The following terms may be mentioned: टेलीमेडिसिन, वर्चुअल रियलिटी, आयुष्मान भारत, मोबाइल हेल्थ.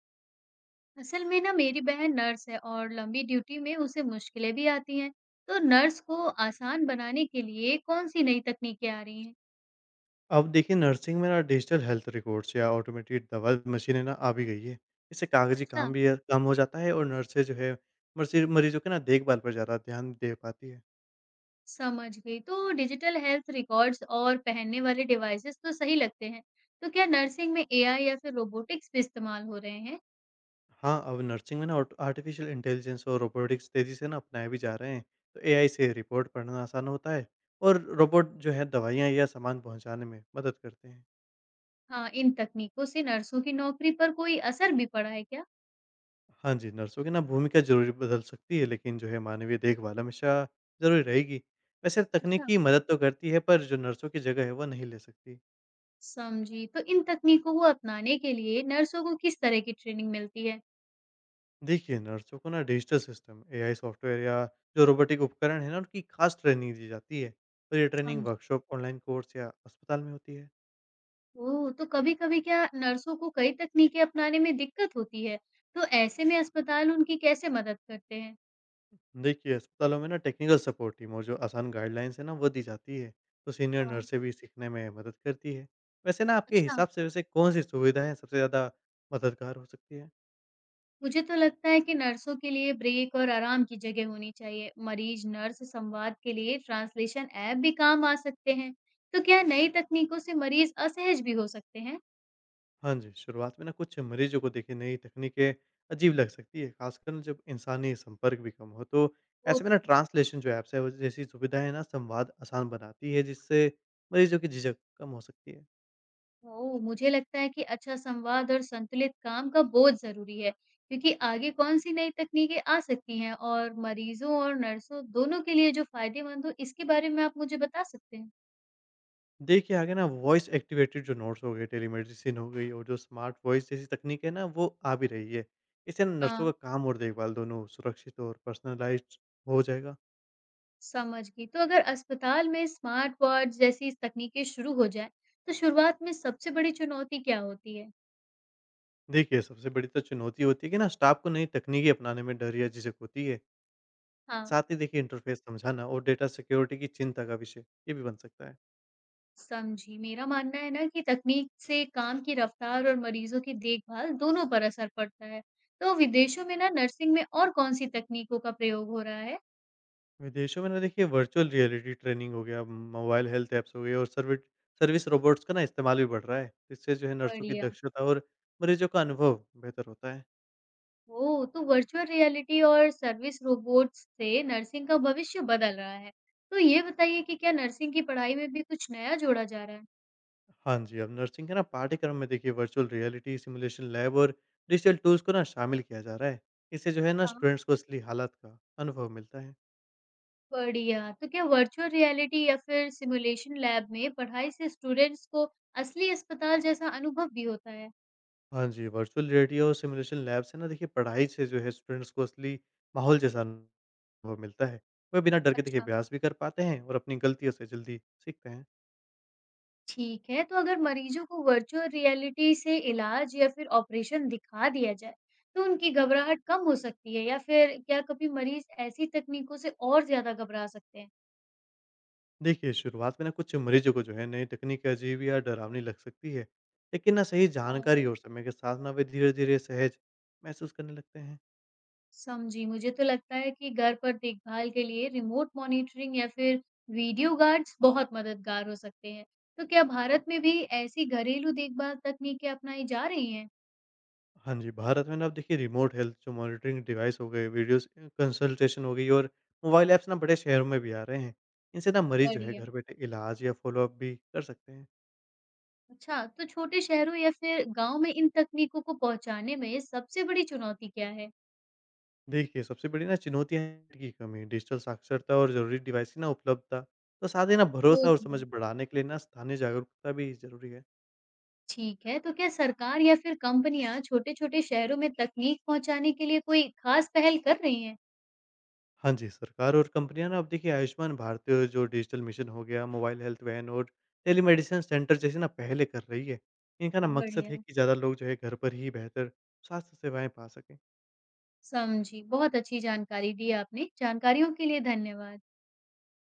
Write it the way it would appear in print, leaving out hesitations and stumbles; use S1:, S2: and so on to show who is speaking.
S1: असल में ना मेरी बहन nurse है और लंबी duty में उसे मुश्किलें भी आती हैं। तो नर्स को आसान बनाने के लिए कौन सी नई तकनीकें आ रही हैं?
S2: अब देखिए, नर्सिंग में ना डिजिटल हेल्थ रिकॉर्ड्स या ऑटोमेटेड दवा मशीनें ना आ भी गई है। इससे कागजी
S1: अच्छा,
S2: काम भी कम हो जाता है और नर्सें जो है मर्सी मरीजों के ना देखभाल पर ज़्यादा ध्यान दे पाती है।
S1: समझ गई। तो डिजिटल हेल्थ रिकॉर्ड्स और पहनने वाले डिवाइसेस तो सही लगते हैं। तो क्या नर्सिंग में एआई या फिर रोबोटिक्स भी इस्तेमाल हो रहे हैं?
S2: हाँ, अब नर्सिंग में ना आर्टिफिशियल इंटेलिजेंस और रोबोटिक्स तेज़ी से ना अपनाए भी जा रहे हैं। तो एआई से रिपोर्ट पढ़ना आसान होता है और रोबोट जो है दवाइयाँ या सामान पहुँचाने में मदद करते हैं।
S1: हाँ, इन तकनीकों से नर्सों की नौकरी पर कोई असर भी पड़ा है क्या?
S2: हाँ जी, नर्सों की ना भूमिका ज़रूर बदल सकती है, लेकिन जो है मानवीय देखभाल हमेशा ज़रूरी रहेगी। वैसे
S1: अच्छा,
S2: तकनीकी मदद तो करती है, पर जो नर्सों की जगह है वो नहीं ले सकती।
S1: समझी। तो इन तकनीकों को अपनाने के लिए नर्सों को किस तरह की ट्रेनिंग मिलती है?
S2: देखिए, नर्सों को ना डिजिटल सिस्टम, एआई सॉफ्टवेयर या जो रोबोटिक उपकरण है ना, उनकी खास ट्रेनिंग दी जाती है। और ये ट्रेनिंग
S1: समझ।
S2: वर्कशॉप, ऑनलाइन कोर्स या अस्पताल में होती है।
S1: ओह! तो कभी-कभी क्या नर्सों को कई तकनीकें अपनाने में दिक्कत होती है, तो ऐसे में अस्पताल उनकी कैसे मदद करते हैं?
S2: देखिए, अस्पतालों में ना टेक्निकल सपोर्ट टीम और जो आसान गाइडलाइंस है ना, वो दी जाती है। तो सीनियर
S1: हाँ।
S2: नर्सें भी सीखने में मदद करती है। वैसे ना आपके
S1: अच्छा,
S2: हिसाब से वैसे कौन-सी सुविधाएँ सबसे ज़्यादा मददगार हो सकती है?
S1: मुझे तो लगता है कि नर्सों के लिए ब्रेक और आराम की जगह होनी चाहिए। मरीज-नर्स संवाद के लिए ट्रांसलेशन ऐप भी काम आ सकते हैं। तो क्या नई तकनीकों से मरीज असहज भी हो सकते हैं?
S2: हाँ जी, शुरुआत में ना कुछ मरीजों को देखिए नई तकनीकें अजीब लग सकती है, खासकर जब इंसानी संपर्क भी कम हो। तो
S1: वो।
S2: ऐसे में ना ट्रांसलेशन जो ऐप्स है वो जैसी सुविधाएँ ना संवाद आसान बनाती है, जिससे मरीजों की झिझक कम हो सकती है।
S1: ओह! मुझे लगता है कि अच्छा संवाद और संतुलित काम का बोझ ज़रूरी है, क्योंकि आगे कौन-सी नई तकनीकें आ सकती हैं और मरीज़ों और नर्सों दोनों के लिए जो फ़ायदेमंद हो, इसके बारे में आप मुझे बता सकते हैं?
S2: देखिए, आगे ना वॉइस एक्टिवेटेड जो नोट्स हो गए, टेलीमेडिसिन हो गई और जो स्मार्ट वॉइस जैसी तकनीक है ना वो आ भी रही है। इससे ना
S1: हाँ,
S2: नर्सों का काम और देखभाल दोनों सुरक्षित और पर्सनलाइज़्ड हो जाएगा।
S1: समझ गई। तो अगर अस्पताल में स्मार्ट वार्ड जैसी तकनीकें शुरू हो जाएँ, तो शुरुआत में सबसे बड़ी चुनौती क्या होती है?
S2: देखिए, सबसे बड़ी तो चुनौती होती है कि ना स्टाफ को नई तकनीकें अपनाने में डर या झिझक होती है।
S1: हाँ।
S2: साथ ही देखिए, इंटरफ़ेस समझाना और डेटा सिक्योरिटी की चिंता का विषय ये भी बन सकता है।
S1: समझी। मेरा मानना है ना कि तकनीक से काम की रफ्तार और मरीजों की देखभाल दोनों पर असर पड़ता है। तो विदेशों में ना नर्सिंग में और कौन-सी तकनीकों का प्रयोग हो रहा है?
S2: विदेशों में ना देखिए वर्चुअल रियलिटी ट्रेनिंग हो गया, मोबाइल हेल्थ ऐप्स हो गए और सर्विट सर्विस रोबोट्स का ना इस्तेमाल भी बढ़ रहा है। इससे जो है नर्सों की
S1: बढ़िया।
S2: दक्षता और मरीजों का अनुभव बेहतर होता है।
S1: ओह, तो वर्चुअल रियलिटी और सर्विस रोबोट्स से नर्सिंग का भविष्य बदल रहा है। तो ये बताइए कि क्या नर्सिंग की पढ़ाई में भी कुछ नया जोड़ा जा रहा है?
S2: हाँ जी, अब नर्सिंग के ना पाठ्यक्रम में देखिए वर्चुअल रियलिटी, सिमुलेशन लैब और डिजिटल टूल्स को ना शामिल किया जा रहा है। इससे जो है ना
S1: हाँ,
S2: स्टूडेंट्स को असली हालात का अनुभव मिलता है।
S1: बढ़िया। तो क्या वर्चुअल रियलिटी या फिर सिमुलेशन लैब में पढ़ाई से स्टूडेंट्स को असली अस्पताल जैसा अनुभव भी होता है?
S2: हाँ जी, वर्चुअल रियलिटी और सिमुलेशन लैब से ना देखिए पढ़ाई से जो है स्टूडेंट्स को असली माहौल जैसा वो मिलता है। वह बिना डर के देखिए
S1: अच्छा,
S2: अभ्यास भी कर पाते हैं और अपनी गलतियों से जल्दी सीखते हैं।
S1: ठीक है, तो अगर मरीजों को वर्चुअल रियलिटी से इलाज या फिर ऑपरेशन दिखा दिया जाए तो उनकी घबराहट कम हो सकती है, या फिर क्या कभी मरीज ऐसी तकनीकों से और ज्यादा घबरा सकते हैं?
S2: देखिए, शुरुआत में ना कुछ मरीजों को जो है नई तकनीक अजीब या डरावनी लग सकती है। लेकिन ना सही
S1: हाँ,
S2: जानकारी और समय के साथ ना वे धीरे-धीरे सहज महसूस करने लगते हैं।
S1: समझी। मुझे तो लगता है कि घर पर देखभाल के लिए रिमोट मॉनिटरिंग या फिर वीडियो गार्ड्स बहुत मददगार हो सकते हैं। तो क्या भारत में भी ऐसी घरेलू देखभाल तकनीकें अपनाई जा रही हैं?
S2: हाँ जी, भारत में ना अब देखिए रिमोट हेल्थ जो मॉनिटरिंग डिवाइस हो गए, वीडियोज़ कंसल्टेशन हो गई और मोबाइल ऐप्स ना बड़े शहरों में भी आ रहे हैं। इनसे ना मरीज़ जो है
S1: बढ़िया।
S2: घर बैठे इलाज या फ़ॉलो-अप भी कर सकते हैं।
S1: अच्छा, तो छोटे शहरों या फिर गांव में इन तकनीकों को पहुंचाने में सबसे बड़ी चुनौती क्या है?
S2: देखिए, सबसे बड़ी ना चुनौतियाँ हैं नेट की कमी, डिजिटल साक्षरता और ज़रूरी डिवाइस की ना उपलब्धता। तो साथ ही ना
S1: वो
S2: भरोसा और
S1: तो
S2: समझ
S1: है।
S2: बढ़ाने के लिए ना स्थानीय जागरूकता भी ज़रूरी है।
S1: ठीक है, तो क्या सरकार या फिर कंपनियाँ छोटे-छोटे शहरों में तकनीक पहुँचाने के लिए कोई खास पहल कर रही हैं?
S2: हाँ जी, सरकार और कंपनियाँ ना अब देखिए आयुष्मान भारत जो डिजिटल मिशन हो गया, मोबाइल हेल्थ वैन और टेलीमेडिसिन सेंटर जैसी ना पहलें कर रही है। इनका ना मकसद
S1: बढ़िया,
S2: है कि ज़्यादा लोग जो है घर पर ही बेहतर स्वास्थ्य सेवाएँ पा सकें।
S1: समझी। बहुत अच्छी जानकारी दी आपने। जानकारियों के लिए धन्यवाद।